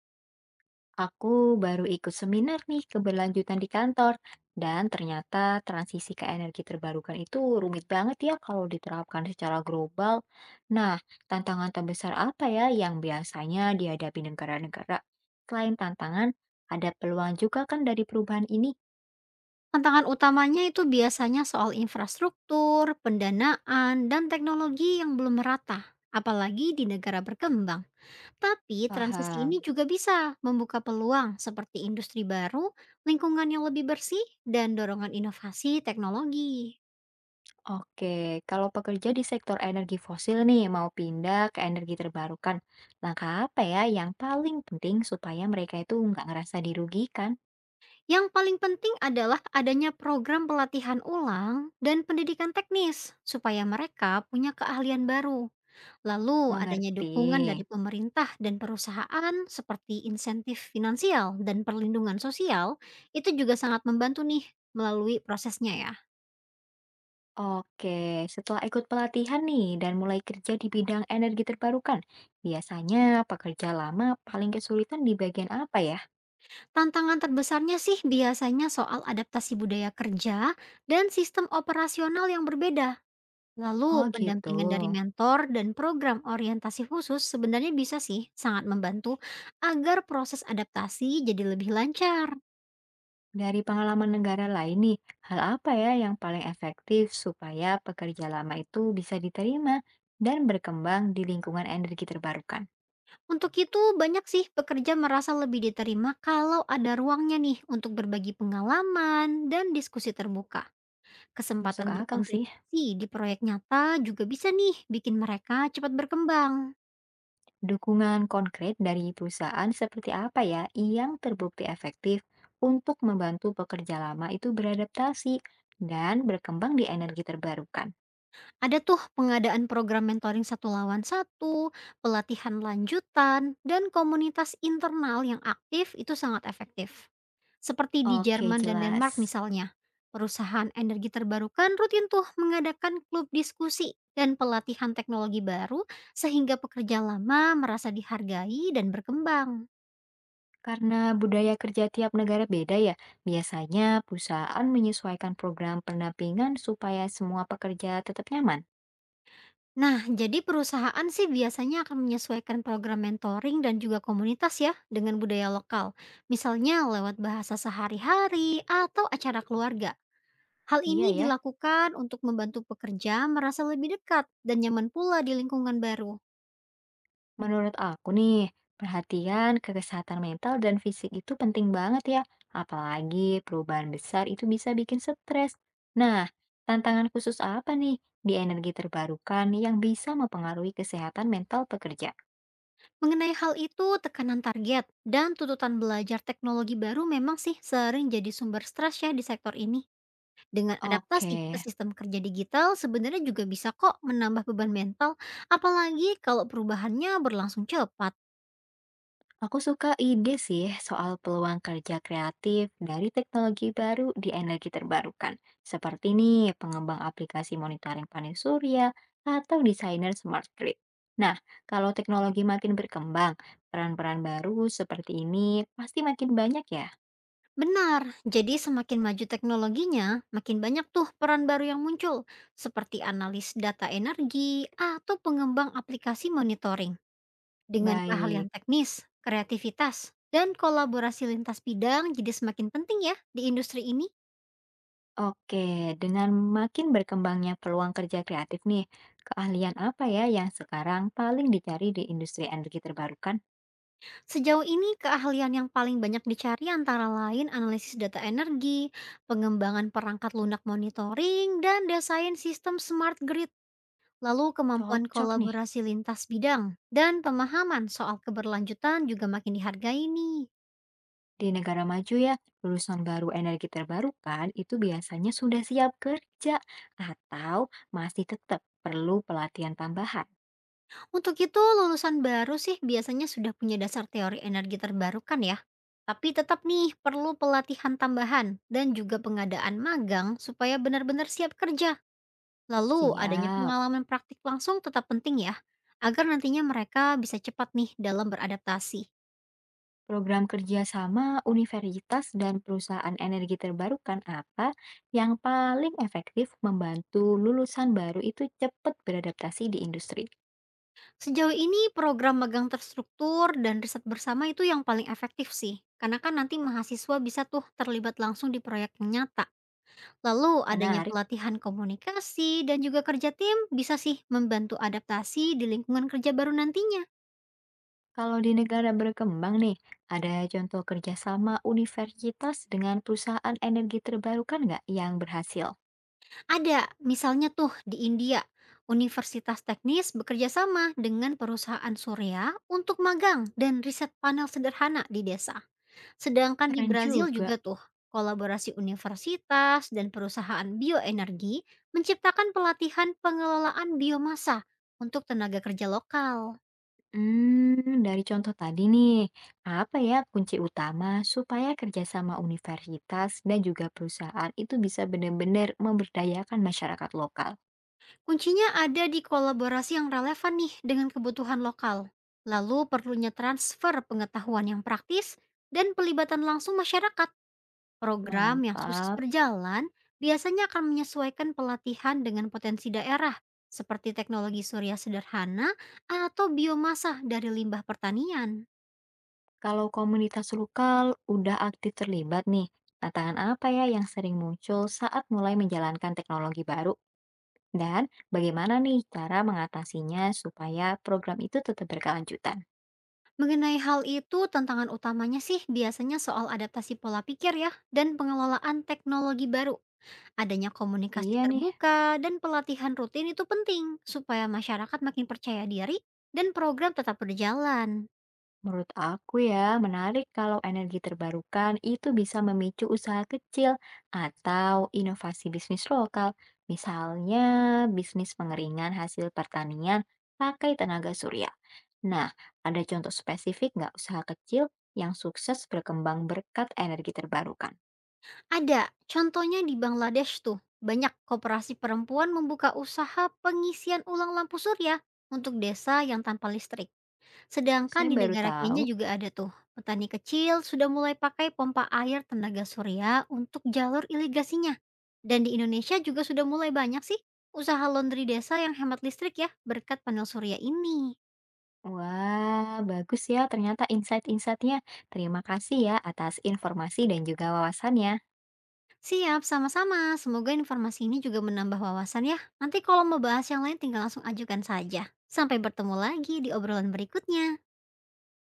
Aku baru ikut seminar nih keberlanjutan di kantor, dan ternyata transisi ke energi terbarukan itu rumit banget ya kalau diterapkan secara global. Nah, tantangan terbesar apa ya yang biasanya dihadapi negara-negara? Selain tantangan, ada peluang juga kan dari perubahan ini? Tantangan utamanya itu biasanya soal infrastruktur, pendanaan, dan teknologi yang belum merata, apalagi di negara berkembang. Tapi transisi ini Paham. juga bisa membuka peluang seperti industri baru, lingkungan yang lebih bersih, dan dorongan inovasi teknologi. Oke, kalau pekerja di sektor energi fosil nih mau pindah ke energi terbarukan, langkah apa ya yang paling penting supaya mereka itu nggak ngerasa dirugikan? Yang paling penting adalah adanya program pelatihan ulang dan pendidikan teknis supaya mereka punya keahlian baru. Lalu, adanya Mengerti. dukungan dari pemerintah dan perusahaan seperti insentif finansial dan perlindungan sosial itu juga sangat membantu nih melalui prosesnya ya. Oke, setelah ikut pelatihan nih dan mulai kerja di bidang energi terbarukan, biasanya pekerja lama paling kesulitan di bagian apa ya? Tantangan terbesarnya sih biasanya soal adaptasi budaya kerja dan sistem operasional yang berbeda. Lalu, Oh gitu. pendampingan dari mentor dan program orientasi khusus sebenarnya bisa sih sangat membantu agar proses adaptasi jadi lebih lancar. Dari pengalaman negara lain nih, hal apa ya yang paling efektif supaya pekerja lama itu bisa diterima dan berkembang di lingkungan energi terbarukan? Untuk itu, banyak sih pekerja merasa lebih diterima kalau ada ruangnya nih untuk berbagi pengalaman dan diskusi terbuka. Masuk Kesempatan akal sih. berkontribusi di proyek nyata juga bisa nih bikin mereka cepat berkembang. Dukungan konkret dari perusahaan seperti apa ya yang terbukti efektif untuk membantu pekerja lama itu beradaptasi dan berkembang di energi terbarukan? Ada tuh pengadaan program mentoring satu lawan satu, pelatihan lanjutan, dan komunitas internal yang aktif itu sangat efektif. Seperti di Oke, Jerman dan Denmark jelas. misalnya, perusahaan energi terbarukan rutin tuh mengadakan klub diskusi dan pelatihan teknologi baru sehingga pekerja lama merasa dihargai dan berkembang. Karena budaya kerja tiap negara beda ya, biasanya perusahaan menyesuaikan program pendampingan supaya semua pekerja tetap nyaman. Nah, jadi perusahaan sih biasanya akan menyesuaikan program mentoring dan juga komunitas ya dengan budaya lokal. Misalnya lewat bahasa sehari-hari atau acara keluarga. Hal Iya ini ya. dilakukan untuk membantu pekerja merasa lebih dekat dan nyaman pula di lingkungan baru. Menurut aku nih, perhatian ke kesehatan mental dan fisik itu penting banget ya. Apalagi perubahan besar itu bisa bikin stres. Nah, tantangan khusus apa nih di energi terbarukan yang bisa mempengaruhi kesehatan mental pekerja? Mengenai hal itu, tekanan target dan tuntutan belajar teknologi baru memang sih sering jadi sumber stres ya di sektor ini. Dengan adaptasi ke Oke. sistem kerja digital sebenarnya juga bisa kok menambah beban mental, apalagi kalau perubahannya berlangsung cepat. Aku suka ide sih soal peluang kerja kreatif dari teknologi baru di energi terbarukan, seperti nih pengembang aplikasi monitoring panen surya atau desainer smart grid. Nah, kalau teknologi makin berkembang, peran-peran baru seperti ini pasti makin banyak ya. Benar, jadi semakin maju teknologinya, makin banyak tuh peran baru yang muncul, seperti analis data energi atau pengembang aplikasi monitoring. Dengan keahlian Baik, teknis, kreativitas, dan kolaborasi lintas bidang jadi semakin penting ya di industri ini. oke. Dengan makin berkembangnya peluang kerja kreatif nih, keahlian apa ya yang sekarang paling dicari di industri energi terbarukan? Sejauh ini keahlian yang paling banyak dicari antara lain analisis data energi, pengembangan perangkat lunak monitoring, dan desain sistem smart grid, lalu kemampuan Cocok nih. kolaborasi lintas bidang, dan pemahaman soal keberlanjutan juga makin dihargai nih. Di negara maju ya, lulusan baru energi terbarukan kan, itu biasanya sudah siap kerja atau masih tetap perlu pelatihan tambahan? Untuk itu, lulusan baru sih biasanya sudah punya dasar teori energi terbarukan ya. Tapi tetap nih perlu pelatihan tambahan dan juga pengadaan magang supaya benar-benar siap kerja. Lalu adanya Siap. pengalaman praktik langsung tetap penting ya, agar nantinya mereka bisa cepat nih dalam beradaptasi. Program kerjasama universitas dan perusahaan energi terbarukan apa yang paling efektif membantu lulusan baru itu cepat beradaptasi di industri? Sejauh ini program magang terstruktur dan riset bersama itu yang paling efektif sih, karena kan nanti mahasiswa bisa tuh terlibat langsung di proyek yang nyata. Lalu adanya Menarik, pelatihan komunikasi dan juga kerja tim bisa sih membantu adaptasi di lingkungan kerja baru nantinya. kalau di negara berkembang nih, ada contoh kerjasama universitas dengan perusahaan energi terbarukan nggak yang berhasil? Ada, misalnya tuh di India, universitas teknis bekerja sama dengan perusahaan surya untuk magang dan riset panel sederhana di desa. Sedangkan di Keren Brazil juga. juga tuh, kolaborasi universitas dan perusahaan bioenergi menciptakan pelatihan pengelolaan biomasa untuk tenaga kerja lokal. Hmm, dari contoh tadi nih, apa ya kunci utama supaya kerjasama universitas dan juga perusahaan itu bisa benar-benar memberdayakan masyarakat lokal? Kuncinya ada di kolaborasi yang relevan nih dengan kebutuhan lokal. Lalu perlunya transfer pengetahuan yang praktis dan pelibatan langsung masyarakat. Program yang sukses Mantap. berjalan biasanya akan menyesuaikan pelatihan dengan potensi daerah, seperti teknologi surya sederhana atau biomasa dari limbah pertanian. Kalau komunitas lokal udah aktif terlibat nih, tantangan apa ya yang sering muncul saat mulai menjalankan teknologi baru? Dan bagaimana nih cara mengatasinya supaya program itu tetap berkelanjutan? Mengenai hal itu, tantangan utamanya sih biasanya soal adaptasi pola pikir ya, dan pengelolaan teknologi baru. Adanya komunikasi Iya nih. terbuka dan pelatihan rutin itu penting, supaya masyarakat makin percaya diri dan program tetap berjalan. Menurut aku ya, menarik kalau energi terbarukan itu bisa memicu usaha kecil atau inovasi bisnis lokal. Misalnya, bisnis pengeringan hasil pertanian pakai tenaga surya. Nah, ada contoh spesifik nggak usaha kecil yang sukses berkembang berkat energi terbarukan? Ada, contohnya di Bangladesh tuh, banyak koperasi perempuan membuka usaha pengisian ulang lampu surya untuk desa yang tanpa listrik. Sedangkan Saya di baru negara tahu. Kenya juga ada tuh, petani kecil sudah mulai pakai pompa air tenaga surya untuk jalur irigasinya. Dan di Indonesia juga sudah mulai banyak sih usaha laundry desa yang hemat listrik ya berkat panel surya ini. Wah, bagus ya ternyata insight-insightnya. Terima kasih ya atas informasi dan juga wawasannya. Siap, sama-sama. Semoga informasi ini juga menambah wawasan ya. Nanti kalau mau bahas yang lain tinggal langsung ajukan saja. Sampai bertemu lagi di obrolan berikutnya.